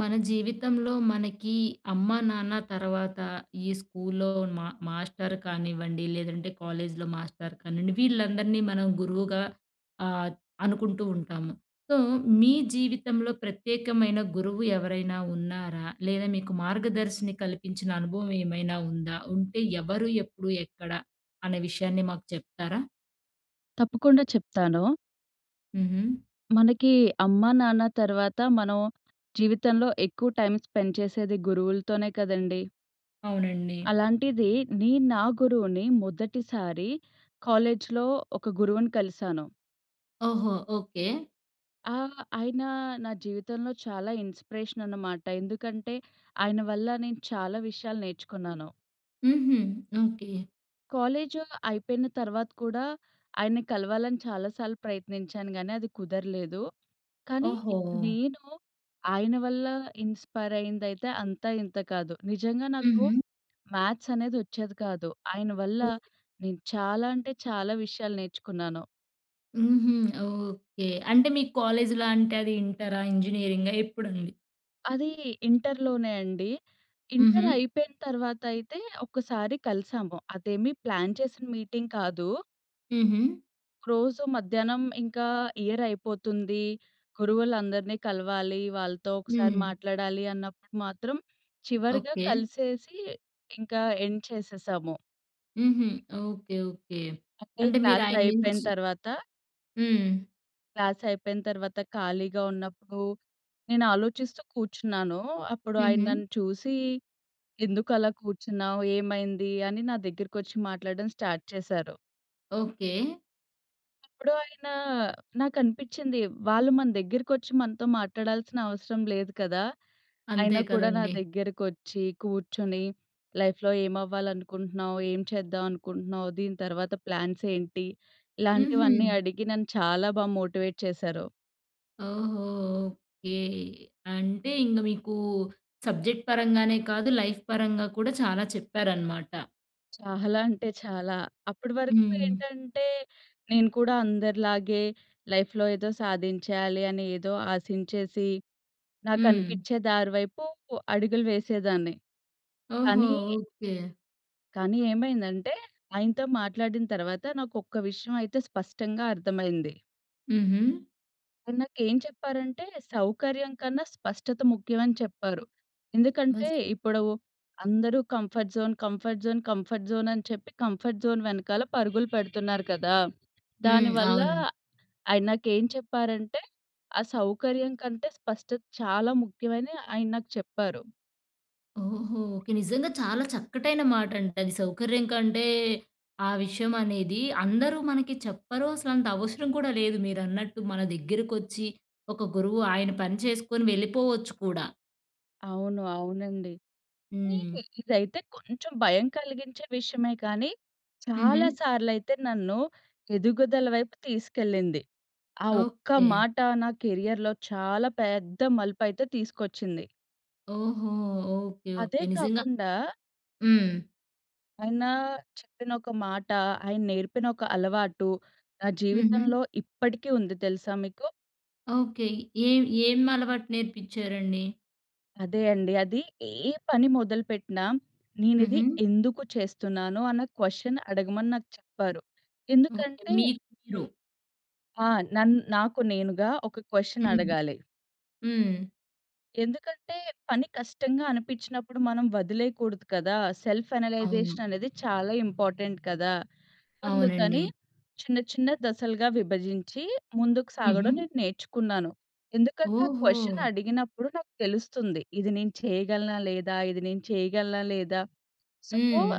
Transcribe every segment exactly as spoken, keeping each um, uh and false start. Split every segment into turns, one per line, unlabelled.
మన జీవితంలో మనకి అమ్మా, నాన్న తర్వాత ఈ స్కూల్లో మా మాస్టర్ కానివ్వండి, లేదంటే కాలేజీలో మాస్టర్ కానివ్వండి, వీళ్ళందరినీ మనం గురువుగా ఆహ్, అనుకుంటూ ఉంటాము. సో, మీ జీవితంలో ప్రత్యేకమైన గురువు ఎవరైనా ఉన్నారా? లేదా మీకు మార్గదర్శిని కల్పించిన అనుభవం ఏమైనా ఉందా? ఉంటే ఎవరు, ఎప్పుడు, ఎక్కడ అనే విషయాన్ని మాకు చెప్తారా?
తప్పకుండా చెప్తాను.
హుహు.
మనకి అమ్మా, నాన్న తర్వాత మనం జీవితంలో ఎక్కువ టైం స్పెండ్ చేసేది గురువులతోనే కదండీ!
అవునండి.
అలాంటిది నేను నా గురువుని మొదటిసారి కాలేజీలో ఒక గురువుని కలిసాను.
ఓహో! ఓకే.
ఆహ్, ఆయన నా జీవితంలో చాలా ఇన్‌స్పిరేషన్ అన్నమాట. ఎందుకంటే ఆయన వల్ల నేను చాలా విషయాలు నేర్చుకున్నాను.
హుహు. ఓకే.
కాలేజు అయిపోయిన తర్వాత కూడా ఆయన్ని కలవాలని చాలా సార్లు ప్రయత్నించాను గానీ అది కుదరలేదు. కానీ
ఓహో!
నేను ఆయన వల్ల ఇన్‌స్పైర్ అయిందైతే అంతా ఇంత కాదు. నిజంగా నాకు
హుహు.
మ్యాథ్స్ అనేది వచ్చేది కాదు. ఆయన వల్ల
ఓ
నేను చాలా అంటే చాలా విషయాలు నేర్చుకున్నాను.
హుహు. ఓకే. అంటే మీ కాలేజ్‌లో అంటే అది ఇంటరా? ఇంజినీరింగా? ఎప్పుడండి?
అది ఇంటర్‌లోనే అండి.
హుహు.
ఇంటర్ అయిపోయిన తర్వాత అయితే ఒక్కసారి కలిసాము. అదేమీ ప్లాన్ చేసిన మీటింగ్ కాదు.
హుహు.
రోజు మధ్యాహ్నం ఇంకా ఇయర్ అయిపోతుంది. గురువులందరినీ కలవాలి. వాళ్ళతో ఒకసారి
హ్మ్.
మాట్లాడాలి అన్నప్పుడు మాత్రం చివరిగా
ఓకే.
కలిసేసి ఇంకా ఎండ్ చేసేసాము.
హుహు. ఓకే. ఓకే.
అంటే
అంటే మీరు
క్లాస్
ఆయన
అయిపోయిన
నుంచి
తర్వాత
హ్మ్.
క్లాస్ అయిపోయిన తర్వాత ఖాళీగా ఉన్నప్పుడు నేను ఆలోచిస్తూ కూర్చున్నాను. అప్పుడు ఆయన
హుహు.
నన్ను చూసి, "ఎందుకలా కూర్చున్నావు? ఏమైంది?" అని నా దగ్గరకొచ్చి మాట్లాడడం స్టార్ట్ చేశారు.
ఓకే.
అప్పుడు ఆయన నాకనిపిచ్చింది. వాళ్ళు మన దగ్గరికొచ్చి మనతో మాట్లాడాల్సిన అవసరం లేదు కదా!
అంతే
అయినా కూడా నా
కదండీ.
దగ్గరకొచ్చి కూర్చొని, లైఫ్‌లో ఏమవ్వాలనుకుంటున్నావు? ఏం అవ్వాలనుకుంటున్నావు, ఏం చేద్దాం అనుకుంటున్నావు? దీని తర్వాత ప్లాన్స్ ఏంటి?
హుహు.
ఇలాంటివన్నీ అడిగి నన్ను చాలా బా మోటివేట్ చేశారు.
ఓహో! ఓకే. అంటే ఇంగ మీకు సబ్జెక్ట్ పరంగానే కాదు, లైఫ్ పరంగా కూడా చాలా చెప్పారనమాట.
చాలా అంటే చాలా. అప్పటి వరకు
హ్మ్.
ఏంటంటే, నేను కూడా అందరిలాగే లైఫ్‌లో ఏదో సాధించేయాలి అని ఏదో ఆశించేసి,
హ్మ్.
నాకనిపిచ్చే దారి వైపు అడుగులు వేసేదాన్ని.
ఓహో!
కానీ,
ఓకే.
కానీ ఏమైందంటే, ఆయనతో మాట్లాడిన తర్వాత నాకొక్క విషయం అయితే స్పష్టంగా అర్థమైంది.
హుహు.
ఆయన నాకేం చెప్పారంటే, సౌకర్యం కన్నా స్పష్టత ముఖ్యమని చెప్పారు. ఎందుకంటే,
బస్
ఇప్పుడు అందరూ comfort zone, comfort zone, comfort zone అని చెప్పి కంఫర్ట్ జోన్ వెనకాల పరుగులు పెడుతున్నారు కదా!
హ్మ్.
దానివల్ల
అవును.
ఆయన నాకేం చెప్పారంటే, ఆ సౌకర్యం కంటే స్పష్టత చాలా ముఖ్యమని ఆయన నాకు చెప్పారు.
ఓహో! ఓకే. నిజంగా చాలా చక్కటైన మాటండి అది. సౌకర్యం కంటే ఆ విషయం అనేది అందరూ మనకి చెప్పరు. అసలంత అవసరం కూడా లేదు మీరన్నట్టు. మన దగ్గరకొచ్చి ఒక గురువు ఆయన పని చేసుకొని వెళ్ళిపోవచ్చు కూడా.
అవును. అవునండి.
హ్మ్.
హ్మ్. ఇదైతే కొంచెం భయం కలిగించే విషయమే కానీ,
హుహు.
చాలా సార్లయితే నన్ను ఎదుగుదల వైపు తీసుకెళ్ళింది. ఆ ఒక్క
ఓకే.
మాట నా కెరియర్‌లో చాలా పెద్ద మలుపైతే తీసుకొచ్చింది.
ఓహో! ఓకే. ఓకే.
అదే
నిజంగా
కాకుండా
హ్మ్.
ఆయన చెప్పిన ఒక మాట, ఆయన నేర్పిన ఒక అలవాటు నా
హుహు.
జీవితంలో ఇప్పటికీ ఉంది తెలుసా మీకు?
ఓకే. ఏం ఏం అలవాటు నేర్పిచ్చారండి?
అదే అండి. అది ఏ పని మొదలుపెట్టినా నేనిది
హుహు.
ఎందుకు చేస్తున్నాను అన్న క్వెషన్ అడగమని నాకు చెప్పారు.
ఓకే.
ఎందుకంటే
మీకు మీరు.
ఆ! నన్ నాకు నేనుగా ఒక క్వెషన్
హ్మ్.
అడగాలి.
హ్మ్.
ఎందుకంటే పని కష్టంగా అనిపించినప్పుడు మనం వదిలేయకూడదు కదా! సెల్ఫ్
అవును.
అనలైజేషన్ అనేది చాలా ఇంపార్టెంట్ కదా!
అవునండి.
అందుకని చిన్న చిన్న దశలుగా విభజించి ముందుకు
హుహు.
సాగడం నేను నేర్చుకున్నాను. ఎందుకంటే ఆ
ఓహో!
క్వెషన్ అడిగినప్పుడు నాకు తెలుస్తుంది. ఇది నేను చేయగలనా లేదా? ఇది నేను చేయగలనా లేదా? సో,
హ్మ్.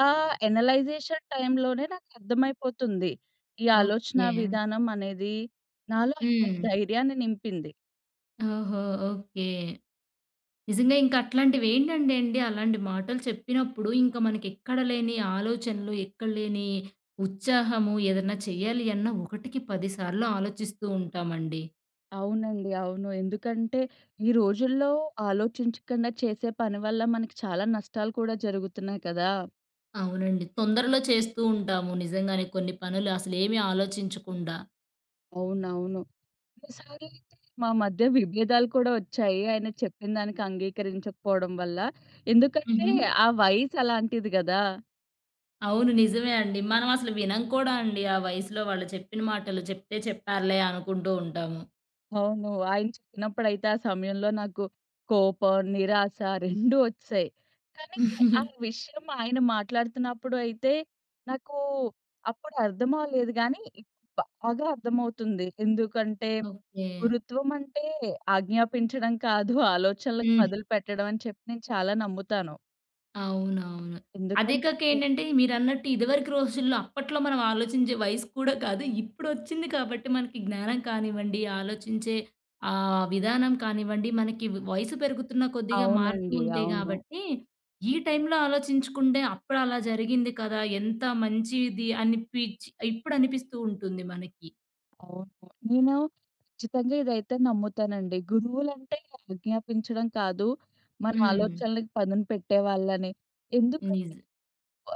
ఆ ఎనలైజేషన్ టైంలోనే నాకర్థమైపోతుంది. ఈ ఆలోచన
ఓకే.
విధానం అనేది నాలో అయితే
హ్మ్.
ధైర్యాన్ని నింపింది.
ఓహో! ఓకే. నిజంగా ఇంక అట్లాంటివేంటంటే అండి, అలాంటి మాటలు చెప్పినప్పుడు ఇంక మనకెక్కడ లేని ఆలోచనలు, ఎక్కడ లేని ఉత్సాహము, ఏదన్నా చెయ్యాలి అన్న ఒకటికి పది సార్లు ఆలోచిస్తూ ఉంటామండి.
అవునండి. అవును. ఎందుకంటే ఈ రోజుల్లో ఆలోచించకుండా చేసే పని వల్ల మనకి చాలా నష్టాలు కూడా జరుగుతున్నాయి కదా!
అవునండి. తొందరలో చేస్తూ ఉంటాము నిజంగానే కొన్ని పనులు అసలేమి ఆలోచించకుండా.
అవునవును. కొన్నిసార్లు అయితే మా మధ్య విభేదాలు కూడా వచ్చాయి. ఆయన చెప్పిన దానికి అంగీకరించకపోవడం వల్ల. ఎందుకంటే
హుహు.
ఆ వయసు అలాంటిది గదా!
అవును. నిజమే అండి. మనం అసలు వినం కూడా అండి ఆ వయసులో వాళ్ళు చెప్పిన మాటలు. చెప్తే చెప్పారులే అనుకుంటూ ఉంటాము.
అవును. ఆయన చెప్పినప్పుడైతే ఆ సమయంలో నాకు కోపం, నిరాశ రెండూ ఒచ్చాయి. కానీ ఆ విషయం ఆయన మాట్లాడుతున్నప్పుడు అయితే నాకు అప్పుడు అర్థం అవ్వలేదు గానీ, ఇప్పుడు బాగా అర్థమవుతుంది. ఎందుకంటే
ఓకే.
గురుత్వం అంటే ఆజ్ఞాపించడం కాదు, ఆలోచనలకు
హ్మ్.
వదిలిపెట్టడం అని చెప్పి నేను చాలా నమ్ముతాను.
అవునవును. అదే కాక
ఎందుకంటే
ఏంటంటే మీరన్నట్టు ఇదివరకు రోజుల్లో అప్పట్లో మనం ఆలోచించే వయసు కూడా కాదు. ఇప్పుడొచ్చింది కాబట్టి మనకి జ్ఞానం కానివ్వండి, ఆలోచించే ఆహ్, విధానం కానివ్వండి, మనకి వయసు పెరుగుతున్న కొద్దిగా మారుతూ
అవునండి.
ఉంటాయి
అవును.
కాబట్టి, ఈ టైంలో ఆలోచించుకుంటే అప్పుడు అలా జరిగింది కదా! ఎంత మంచిది అనిపిచి ఇప్పుడనిపిస్తూ ఉంటుంది మనకి.
అవును. నేను ఖచ్చితంగా ఇదైతే నమ్ముతానండి. గురువులంటే ఆజ్ఞాపించడం కాదు, మన
హ్మ్.
ఆలోచనలకి పదును పెట్టేవాళ్ళని. ఎందుకు
నిజ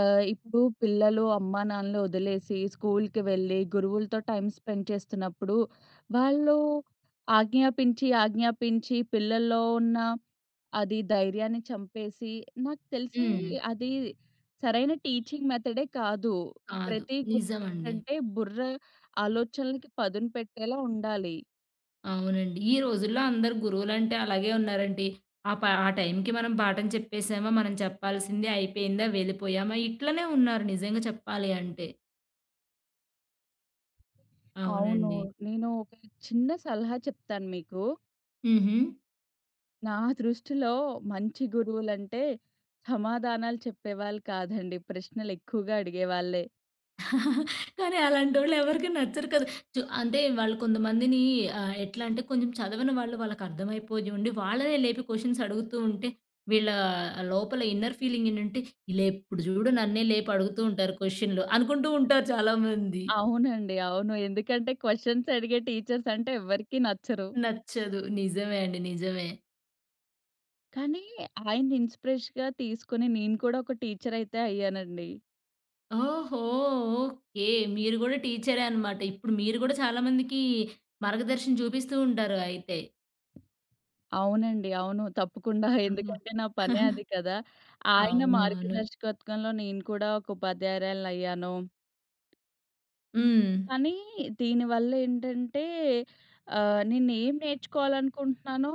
ఆహ్, ఇప్పుడు పిల్లలు అమ్మానాన్నలు వదిలేసి స్కూల్‌కి వెళ్ళి గురువులతో టైమ్ స్పెండ్ చేస్తున్నప్పుడు, వాళ్ళు ఆజ్ఞాపించి, ఆజ్ఞాపించి పిల్లల్లో ఉన్న అది ధైర్యాన్ని చంపేసి నాకు తెలిసి
హ్మ్.
అది సరైన టీచింగ్ మెథడే కాదు.
కాదు.
ప్రతి గురువు
నిజమండి.
ఏంటంటే బుర్ర ఆలోచనలకి పదును పెట్టేలా ఉండాలి.
అవునండి. ఈ రోజుల్లో అందరు గురువులంటే అలాగే ఉన్నారండి. ఆ ప ఆ టైంకి మనం పాఠం చెప్పేసామా, మనం చెప్పాల్సింది అయిపోయిందా, వెళ్ళిపోయామా ఇట్లనే ఉన్నారు నిజంగా చెప్పాలి అంటే.
అవును.
అవునండి.
నేను ఒక చిన్న సలహా చెప్తాను మీకు.
హుహు.
నా దృష్టిలో మంచి గురువులంటే సమాధానాలు చెప్పేవాళ్ళు కాదండి. ప్రశ్నలు ఎక్కువగా అడిగేవాళ్ళే.
కానీ అలాంటోళ్ళు ఎవరికీ నచ్చరు కదా! చు అంటే వాళ్ళు కొంతమందిని ఆహ్, ఎట్లా అంటే కొంచెం చదవని వాళ్ళు వాళ్ళకర్థమైపోయి ఉండి వాళ్ళనే లేపి క్వెషన్స్ అడుగుతూ ఉంటే వీళ్ళ లోపల ఇన్నర్ ఫీలింగ్ ఏంటంటే, ఈళ్ళెప్పుడు చూడు నన్నే లేపి అడుగుతూ ఉంటారు క్వెషన్‌లు అనుకుంటూ ఉంటారు చాలామంది.
అవునండి. అవును. ఎందుకంటే క్వెషన్స్ అడిగే టీచర్స్ అంటే ఎవ్వరికీ నచ్చరు.
నచ్చదు. నిజమే అండి. నిజమే.
కానీ ఆయన్ని ఇన్‌స్పిరేషన్‌గా తీసుకొని నేను కూడా ఒక టీచర్ అయితే అయ్యానండి.
ఓహో! ఓకే. మీరు గూడా టీచరే అనమాట. ఇప్పుడు మీరు గూడా చాలా మందికి మార్గదర్శనం చూపిస్తూ ఉంటారు అయితే.
అవునండి. అవును. తప్పకుండా.
ఆహా!
ఎందుకంటే నా పనే అది కదా! ఆయన
అవునవును.
మార్గదర్శకత్వంలో నేను కూడా ఒక ఉపాధ్యాయురాలినయ్యాను.
హ్మ్.
కానీ దీనివల్ల ఏంటంటే ఆహ్, నేనేం నేర్చుకోవాలనుకుంటున్నానో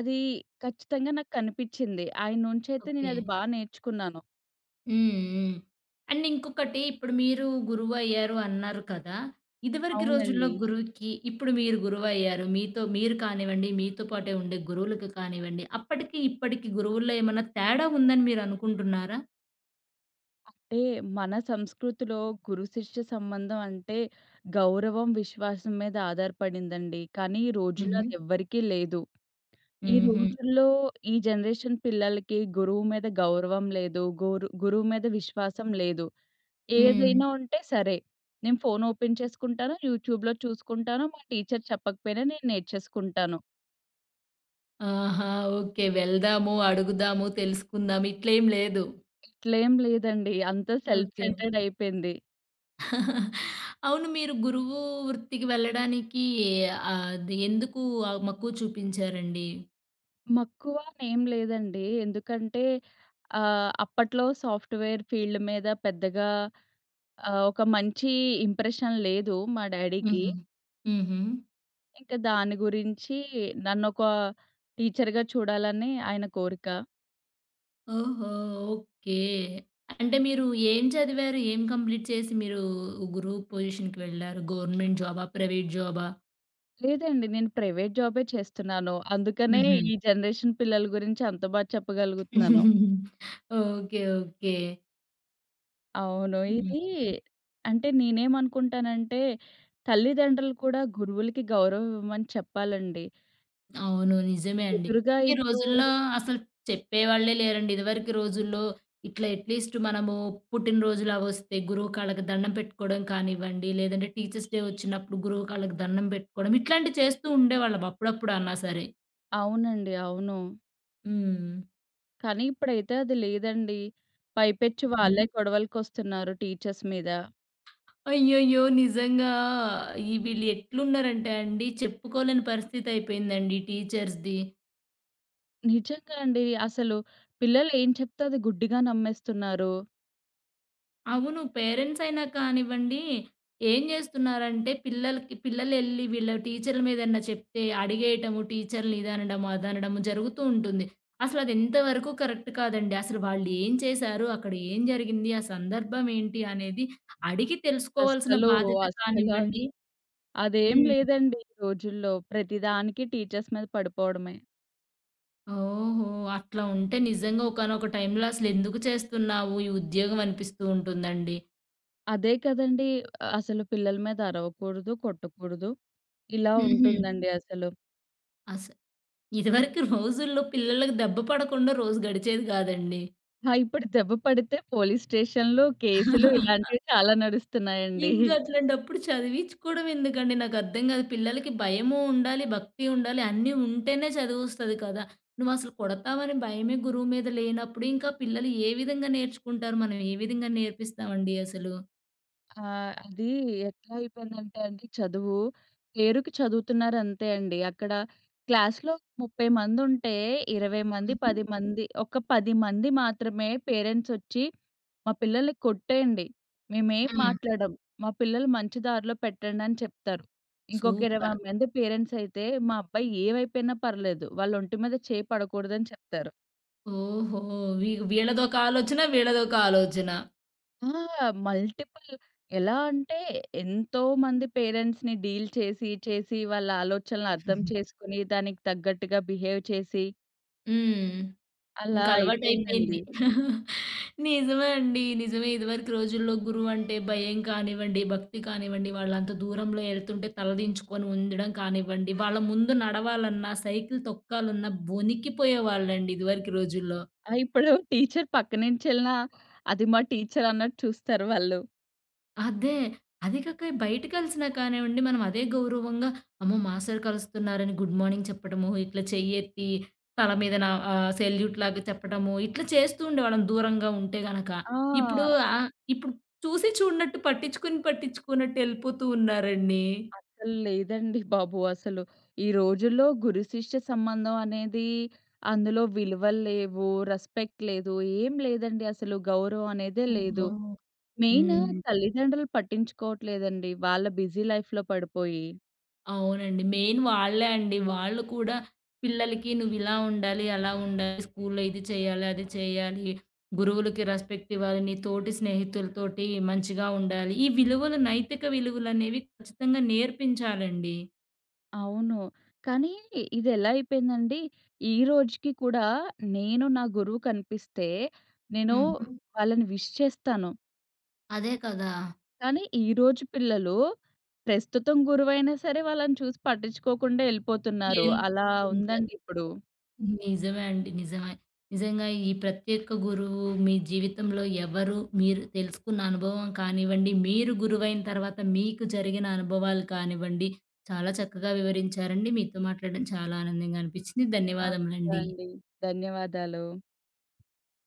అది ఖచ్చితంగా నాకు కనిపిచ్చింది. ఆయన నుంచైతే
ఓకే.
నేనది బా నేర్చుకున్నాను.
హ్మ్. హ్మ్. అండ్ ఇంకొకటి ఇప్పుడు మీరు గురువయ్యారు అన్నారు కదా! ఇదివరకి రోజుల్లో
అవునండి.
గురువుకి ఇప్పుడు మీరు గురువయ్యారు. మీతో మీరు కానివ్వండి, మీతో పాటే ఉండే గురువులకు కానివ్వండి, అప్పటికి ఇప్పటికి గురువుల్లో ఏమన్నా తేడా ఉందని మీరు అనుకుంటున్నారా?
అంటే మన సంస్కృతిలో గురు శిష్య సంబంధం అంటే గౌరవం, విశ్వాసం మీద ఆధారపడిందండి. కానీ ఈ రోజుల్లో
హుహు.
అదెవ్వరికీ లేదు. ఈ
హుహు.
రోజుల్లో ఈ జనరేషన్ పిల్లలకి గురువు మీద గౌరవం లేదు. గురు గురువు మీద విశ్వాసం లేదు.
హ్మ్.
ఏదైనా ఉంటే సరే. నేను ఫోన్ ఓపెన్ చేసుకుంటాను. యూట్యూబ్‌లో చూసుకుంటాను. మా టీచర్ చెప్పకపోయినా నేను నేర్చేసుకుంటాను.
ఆహా! ఓకే. వెళ్దాము, అడుగుదాము, తెలుసుకుందాం ఇట్లేం లేదు.
ఇట్లేం లేదండి. అంతా సెల్ఫ్
ఓకే.
సెంటర్డ్ అయిపోయింది.
అవును మీరు గురువు వృత్తికి వెళ్ళడానికి అది ఎందుకు ఆ మక్కువ చూపించారండి?
మక్కువ అనేం లేదండి. ఎందుకంటే ఆహ్, అప్పట్లో సాఫ్ట్‌వేర్ ఫీల్డ్ మీద పెద్దగా ఆహ్, ఒక మంచి ఇంప్రెషన్ లేదు మా డ్యాడీకి.
హుహు. హుహు.
ఇంకా దాని గురించి నన్నొక టీచర్‌గా చూడాలని ఆయన కోరిక.
ఓహో! ఓకే. అంటే మీరు ఏం చదివారు? ఏం కంప్లీట్ చేసి మీరు గురువు పొజిషన్‌కి వెళ్లారు? గవర్నమెంట్ జాబా? ప్రైవేట్ జాబా?
లేదండి. నేను ప్రైవేట్ జాబే చేస్తున్నాను. అందుకనే
హుహు.
ఈ జనరేషన్ పిల్లల గురించి అంత బా చెప్పగలుగుతున్నాను.
ఓకే. ఓకే.
అవును. ఇది అంటే నేనేమనుకుంటానంటే, తల్లిదండ్రులు కూడా గురువులకి గౌరవం ఇవ్వమని చెప్పాలండి.
అవును. నిజమే అండి.
ఎదురుగా
ఈ రోజుల్లో
ఇప్పుడు
అసలు చెప్పేవాళ్ళే లేరండి. ఇదివరకు రోజుల్లో ఇట్లా అట్‌లీస్ట్ మనము పుట్టినరోజులు అవొస్తే గురువు కాళ్ళకి దండం పెట్టుకోవడం కానివ్వండి, లేదంటే టీచర్స్ డే వచ్చినప్పుడు గురువు కాళ్ళకి దండం పెట్టుకోవడం ఇట్లాంటివి చేస్తూ ఉండేవాళ్ళం అప్పుడప్పుడు అన్నా సరే.
అవునండి. అవును.
హ్మ్.
కానీ ఇప్పుడైతే అది లేదండి. పైపెచ్చు
హ్మ్.
వాళ్ళే గొడవలకొస్తున్నారు టీచర్స్ మీద.
అయ్యయ్యో! నిజంగా ఈ వీళ్ళు ఎట్లున్నారంటే అండి చెప్పుకోలేని పరిస్థితి అయిపోయిందండి టీచర్స్‌ది.
నిజంగా అండి. అసలు పిల్లలు ఏం చెప్తే అది గుడ్డిగా నమ్మేస్తున్నారు.
అవును. పేరెంట్స్ అయినా కానివ్వండి, ఏం జేస్తున్నారంటే పిల్లలకి పిల్లలెళ్లి వీళ్ళ టీచర్ల మీద ఏదన్నా చెప్తే అడిగేయటము, టీచర్‌లని ఇదనడము, అదనడము జరుగుతూ ఉంటుంది. అసలది ఎంతవరకు కరెక్ట్ కాదండి. అసలు వాళ్ళు ఏం చేశారు? అక్కడ ఏం జరిగింది? ఆ సందర్భం ఏంటి? అనేది అడిగి తెలుసుకోవాల్సిన
అస్సలు,
బాధ్యత
అస్సల
కానివ్వండి
అదేం
హ్మ్.
లేదండి ఈ రోజుల్లో. ప్రతిదానికి టీచర్స్ మీద పడిపోవడమే.
ఓహో! అట్లా ఉంటే నిజంగా ఒకానొక టైంలో అసలెందుకు చేస్తున్నావు ఈ ఉద్యోగం అనిపిస్తూ ఉంటుందండి.
అదే కదండీ! అసలు పిల్లల మీద అరవకూడదు, కొట్టకూడదు. ఇలా
హుహు.
ఉంటుందండి అసలు.
అస ఇదివరకు రోజుల్లో పిల్లలకి దెబ్బ పడకుండా రోజు గడిచేది కాదండి.
ఆ! ఇప్పుడు దెబ్బ పడితే పోలీస్ స్టేషన్‌లు, కేసులు ఇలాంటివి చాలా నడుస్తున్నాయండి.
ఇంక అట్లాంటప్పుడు చదివించుకోవడం ఎందుకండి? నాకర్థం కాదు. పిల్లలకి భయము ఉండాలి, భక్తి ఉండాలి అన్నీ ఉంటేనే చదివొస్తది కదా! నువ్వసలు కొడతావని భయమే గురువు మీద లేనప్పుడు ఇంకా పిల్లలు ఏ విధంగా నేర్చుకుంటారు? మనం ఏ విధంగా నేర్పిస్తామండి అసలు?
ఆ! అది ఎట్లా అయిపోయిందంటే అండి చదువు, పేరుకి చదువుతున్నారు అంతే అండి. అక్కడ క్లాస్‌లో ముప్పై మందుంటే ఇరవై మంది,
హుహు.
పది మంది ఒక పది మంది మాత్రమే పేరెంట్స్ ఒచ్చి మా పిల్లల్ని కొట్టేయండి. మేమేం
హ్మ్.
మాట్లాడం. మా పిల్లలు మంచి దారిలో పెట్టండి అని చెప్తారు. ఇంకొక ఇరవై
సూపర్.
మంది పేరెంట్స్ అయితే మా అబ్బాయి ఏమైపోయినా పర్లేదు. వాళ్ళ ఒంటి మీద చేయి పడకూడదని చెప్తారు.
ఓహో! వీ వీళ్ళదొక ఆలోచన, వీళ్ళదొక ఆలోచన.
ఆ! మల్టిపుల్ ఎలా అంటే ఎంతో మంది పేరెంట్స్‌ని డీల్ చేసి, చేసి వాళ్ళ ఆలోచనలు అర్థం చేసుకొని దానికి తగ్గట్టుగా బిహేవ్ చేసి
హ్మ్.
అలా
ఇంక అలవాటయిపోయింది.
అయిపోయిందండి.
నిజమే అండి. నిజమే. ఇదివరకు రోజుల్లో గురువంటే భయం కానివ్వండి, భక్తి కానివ్వండి, వాళ్ళంత దూరంలో ఎళ్తుంటే తలదించుకొని ఉండడం కానివ్వండి, వాళ్ళ ముందు నడవాలన్నా, సైకిల్ తొక్కాలన్నా వణికిపోయేవాళ్ళండి ఇదివరకు రోజుల్లో.
ఆ! ఇప్పుడు టీచర్ పక్క నుంచెళ్ళినా అది మా టీచర్ అన్నట్టు చూస్తారు వాళ్ళు.
అదే. అది కాక బయట కలిసినా కానివ్వండి, మనం అదే గౌరవంగా అమ్మో! మా సార్ కలుస్తున్నారని గుడ్ మార్నింగ్ చెప్పడము, ఇట్లా చెయ్యెత్తి తల మీద నా ఆహ్, సెల్యూట్ లాగా చెప్పడము, ఇట్లా చేస్తూ ఉండేవాళ్ళం దూరంగా ఉంటే గనక. ఇప్పుడు
ఆ!
ఆహ్, ఇప్పుడు చూసి చూడనట్టు పట్టించుకొని పట్టించుకోనట్టు ఎళ్ళిపోతూ ఉన్నారండి.
అసలు లేదండి బాబు. అసలు ఈ రోజుల్లో గురు శిష్య సంబంధం అనేది అందులో విలువలు లేవు. రెస్పెక్ట్ లేదు. ఏం లేదండి. అసలు గౌరవం అనేదే లేదు.
ఓహో!
మెయిన్
హ్మ్.
తల్లిదండ్రులు పట్టించుకోవట్లేదండి. వాళ్ళ బిజీ లైఫ్‌లో పడిపోయి.
అవునండి. మెయిన్ వాళ్ళే అండి. వాళ్ళు కూడా పిల్లలకి నువ్విలా ఉండాలి, అలా ఉండాలి, స్కూల్లో ఇది చేయాలి, అది చేయాలి, గురువులకి రెస్పెక్ట్ ఇవ్వాలి, నీ తోటి స్నేహితులతోటి మంచిగా ఉండాలి. ఈ విలువలు నైతిక విలువలనేవి ఖచ్చితంగా నేర్పించాలండి.
అవును. కానీ ఇదెలా అయిపోయిందండి, ఈ రోజుకి కూడా నేను నా గురువు కనిపిస్తే నేను
హ్మ్. హ్మ్.
వాళ్ళని విష్ చేస్తాను.
అదే కదా!
కానీ ఈ రోజు పిల్లలు ప్రస్తుతం గురువైనా సరే వాళ్ళని చూసి పట్టించుకోకుండా ఎళ్ళిపోతున్నారు.
మేల్
అలా
ఉంటాయి.
ఉందండి ఇప్పుడు.
నిజమే అండి. నిజమే. నిజంగా ఈ ప్రత్యేక గురువు మీ జీవితంలో ఎవరు, మీరు తెలుసుకున్న అనుభవం కానివ్వండి, మీరు గురువైన తర్వాత మీకు జరిగిన అనుభవాలు కానివ్వండి, చాలా చక్కగా వివరించారండి. మీతో మాట్లాడడం చాలా ఆనందంగా అనిపించింది.
నాకు కూడా
ధన్యవాదములండి.
అండి. ధన్యవాదాలు.